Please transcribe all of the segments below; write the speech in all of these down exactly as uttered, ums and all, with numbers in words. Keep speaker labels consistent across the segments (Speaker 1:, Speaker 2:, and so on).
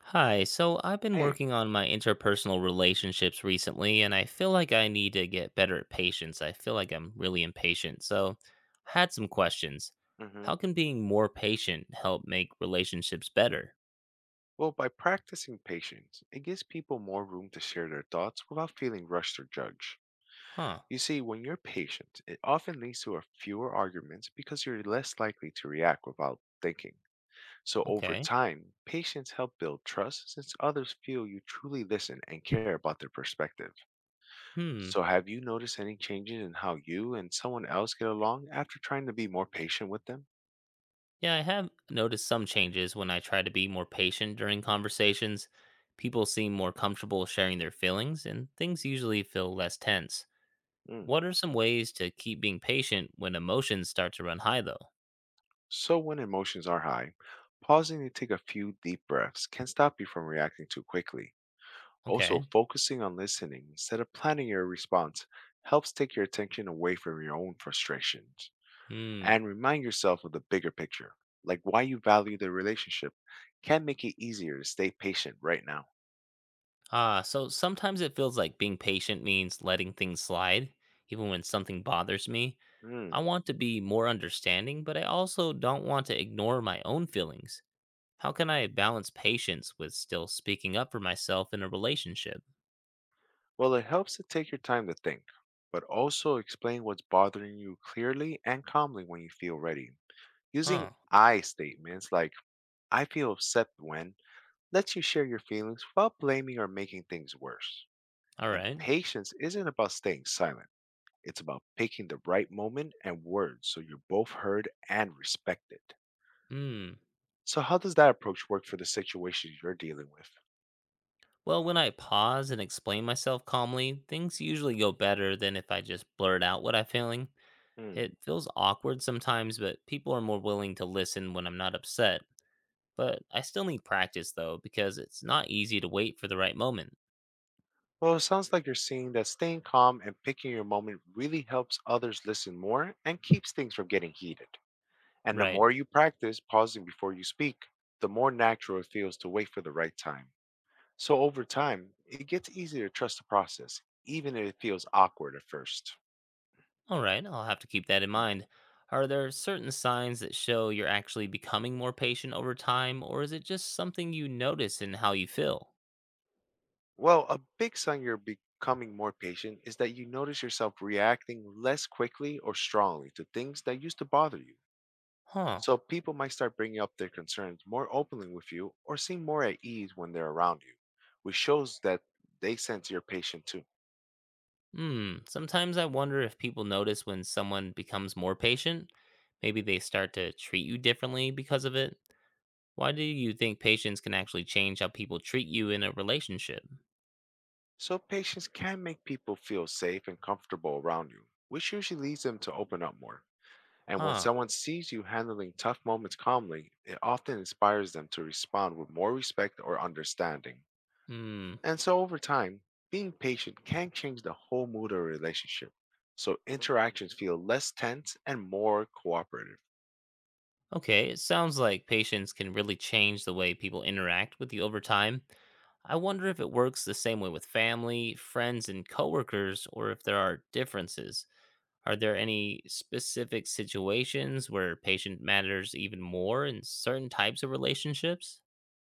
Speaker 1: Hi, so I've been
Speaker 2: Hey,
Speaker 1: working on my interpersonal relationships recently, and I feel like I need to get better at patience. I feel like I'm really impatient. So I had some questions.
Speaker 2: hmm
Speaker 1: How can being more patient help make relationships better?
Speaker 2: well, by practicing patience, it gives people more room to share their thoughts without feeling rushed or judged.
Speaker 1: Huh,
Speaker 2: You see, when you're patient, it often leads to a fewer arguments because you're less likely to react without thinking. So over
Speaker 1: okay.
Speaker 2: time, patience helps build trust since others feel you truly listen and care about their perspective.
Speaker 1: Hmm.
Speaker 2: So have you noticed any changes in how you and someone else get along after trying to be more patient with them?
Speaker 1: Yeah, I have noticed some changes when I try to be more patient during conversations. People seem more comfortable sharing their feelings, and things usually feel less tense.
Speaker 2: Mm.
Speaker 1: What are some ways to keep being patient when emotions start to run high, though?
Speaker 2: So, when emotions are high, pausing to take a few deep breaths can stop you from reacting too quickly. Also,
Speaker 1: Okay.
Speaker 2: focusing on listening instead of planning your response helps take your attention away from your own frustrations.
Speaker 1: Mm.
Speaker 2: And remind yourself of the bigger picture, like why you value the relationship, can make it easier to stay patient right now.
Speaker 1: Ah, so sometimes it feels like being patient means letting things slide, even when something bothers me.
Speaker 2: Mm.
Speaker 1: I want to be more understanding, but I also don't want to ignore my own feelings. How can I balance patience with still speaking up for myself in a relationship?
Speaker 2: Well, it helps to take your time to think, but also explain what's bothering you clearly and calmly when you feel ready. Using
Speaker 1: Huh.
Speaker 2: I statements like, I feel upset when, lets you share your feelings without blaming or making things worse.
Speaker 1: All
Speaker 2: And
Speaker 1: right.
Speaker 2: patience isn't about staying silent, it's about picking the right moment and words so you're both heard and respected.
Speaker 1: Hmm.
Speaker 2: So, how does that approach work for the situation you're dealing with?
Speaker 1: Well, when I pause and explain myself calmly, things usually go better than if I just blurt out what I'm feeling.
Speaker 2: Hmm.
Speaker 1: It feels awkward sometimes, but people are more willing to listen when I'm not upset. But I still need practice though, because it's not easy to wait for the right moment.
Speaker 2: Well, it sounds like you're seeing that staying calm and picking your moment really helps others listen more and keeps things from getting heated. And the
Speaker 1: Right.
Speaker 2: more you practice pausing before you speak, the more natural it feels to wait for the right time. So over time, it gets easier to trust the process, even if it feels awkward at first.
Speaker 1: All right, I'll have to keep that in
Speaker 2: Mm.
Speaker 1: mind. Are there certain signs that show you're actually becoming more patient over time, or is it just something you notice in how you feel?
Speaker 2: Well, a big sign you're becoming more patient is that you notice yourself reacting less quickly or strongly to things that used to bother you.
Speaker 1: Huh.
Speaker 2: So people might start bringing up their concerns more openly with you or seem more at ease when they're around you, which shows that they sense you're patient too.
Speaker 1: Hmm. Sometimes I wonder if people notice when someone becomes more patient. Maybe they start to treat you differently because of it. Why do you think patience can actually change how people treat you in a relationship?
Speaker 2: So patients can make people feel safe and comfortable around you, which usually leads them to open up more. And when
Speaker 1: Huh.
Speaker 2: someone sees you handling tough moments calmly, it often inspires them to respond with more respect or understanding.
Speaker 1: Hmm.
Speaker 2: And so over time, being patient can change the whole mood of a relationship. So interactions feel less tense and more cooperative.
Speaker 1: Okay, it sounds like patience can really change the way people interact with you over time. I wonder if it works the same way with family, friends, and coworkers, or if there are differences. Are there any specific situations where patient matters even more in certain types of relationships?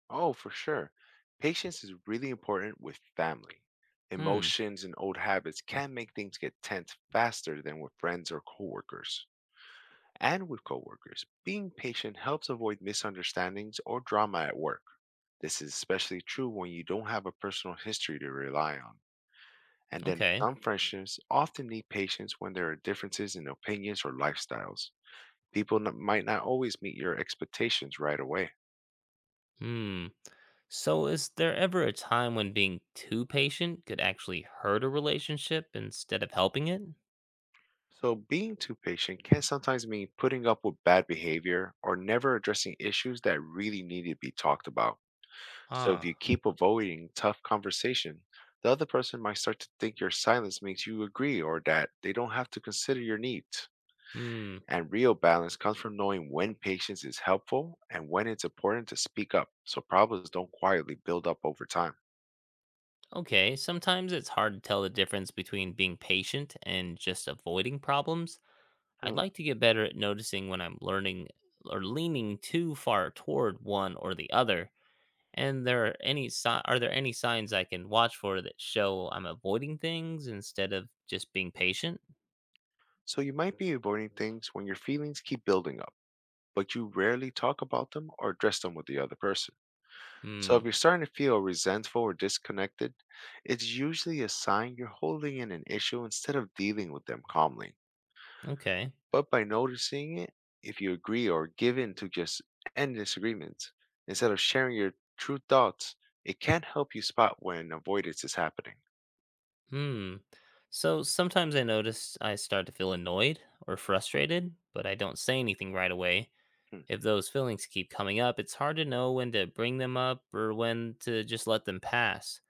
Speaker 2: Oh, for sure. Patience is really important with family.
Speaker 1: Hmm,
Speaker 2: Emotions and old habits can make things get tense faster than with friends or coworkers. And with coworkers, being patient helps avoid misunderstandings or drama at work. This is especially true when you don't have a personal history to rely on. And then
Speaker 1: okay.
Speaker 2: some friendships often need patience when there are differences in opinions or lifestyles. People n- might not always meet your expectations right away.
Speaker 1: Hmm. So, is there ever a time when being too patient could actually hurt a relationship instead of helping it?
Speaker 2: So, being too patient can sometimes mean putting up with bad behavior or never addressing issues that really need to be talked about. So, if
Speaker 1: Ah,
Speaker 2: you keep avoiding tough conversation, the other person might start to think your silence makes you agree or that they don't have to consider your needs.
Speaker 1: hmm.
Speaker 2: And real balance comes from knowing when patience is helpful and when it's important to speak up so problems don't quietly build up over time.
Speaker 1: Okay, sometimes it's hard to tell the difference between being patient and just avoiding problems. I'd
Speaker 2: Hmm.
Speaker 1: like to get better at noticing when I'm learning or leaning too far toward one or the other. And there are any si- Are there any signs I can watch for that show I'm avoiding things instead of just being patient?
Speaker 2: So, you might be avoiding things when your feelings keep building up, but you rarely talk about them or address them with the other person. So if
Speaker 1: Hmm.
Speaker 2: you're starting to feel resentful or disconnected, it's usually a sign you're holding in an issue instead of dealing with them calmly,
Speaker 1: Okay.
Speaker 2: but by noticing it, if you agree or give in to just end disagreements instead of sharing your true thoughts, it can help you spot when avoidance is happening.
Speaker 1: Hmm. So sometimes I notice I start to feel annoyed or frustrated, but I don't say anything right away.
Speaker 2: Hmm.
Speaker 1: If those feelings keep coming up, it's hard to know when to bring them up or when to just let them pass.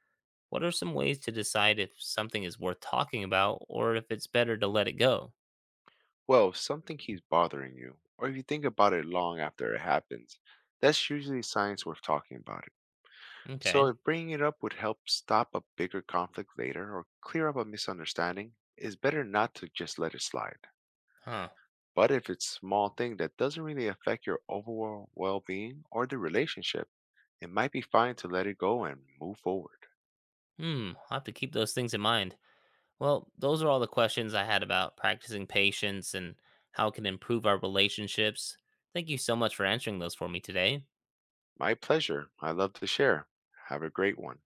Speaker 1: What are some ways to decide if something is worth talking about or if it's better to let it go?
Speaker 2: Well, if something keeps bothering you, or if you think about it long after it happens, that's usually signs worth talking about it. So,
Speaker 1: Okay.
Speaker 2: if bringing it up would help stop a bigger conflict later or clear up a misunderstanding, it's better not to just let it slide.
Speaker 1: Huh.
Speaker 2: But if it's a small thing that doesn't really affect your overall well being or the relationship, it might be fine to let it go and move forward.
Speaker 1: Hmm, I'll have to keep those things in mind. Well, those are all the questions I had about practicing patience and how it can improve our relationships. Thank you so much for answering those for me today.
Speaker 2: My pleasure. I love to share. Have a great one.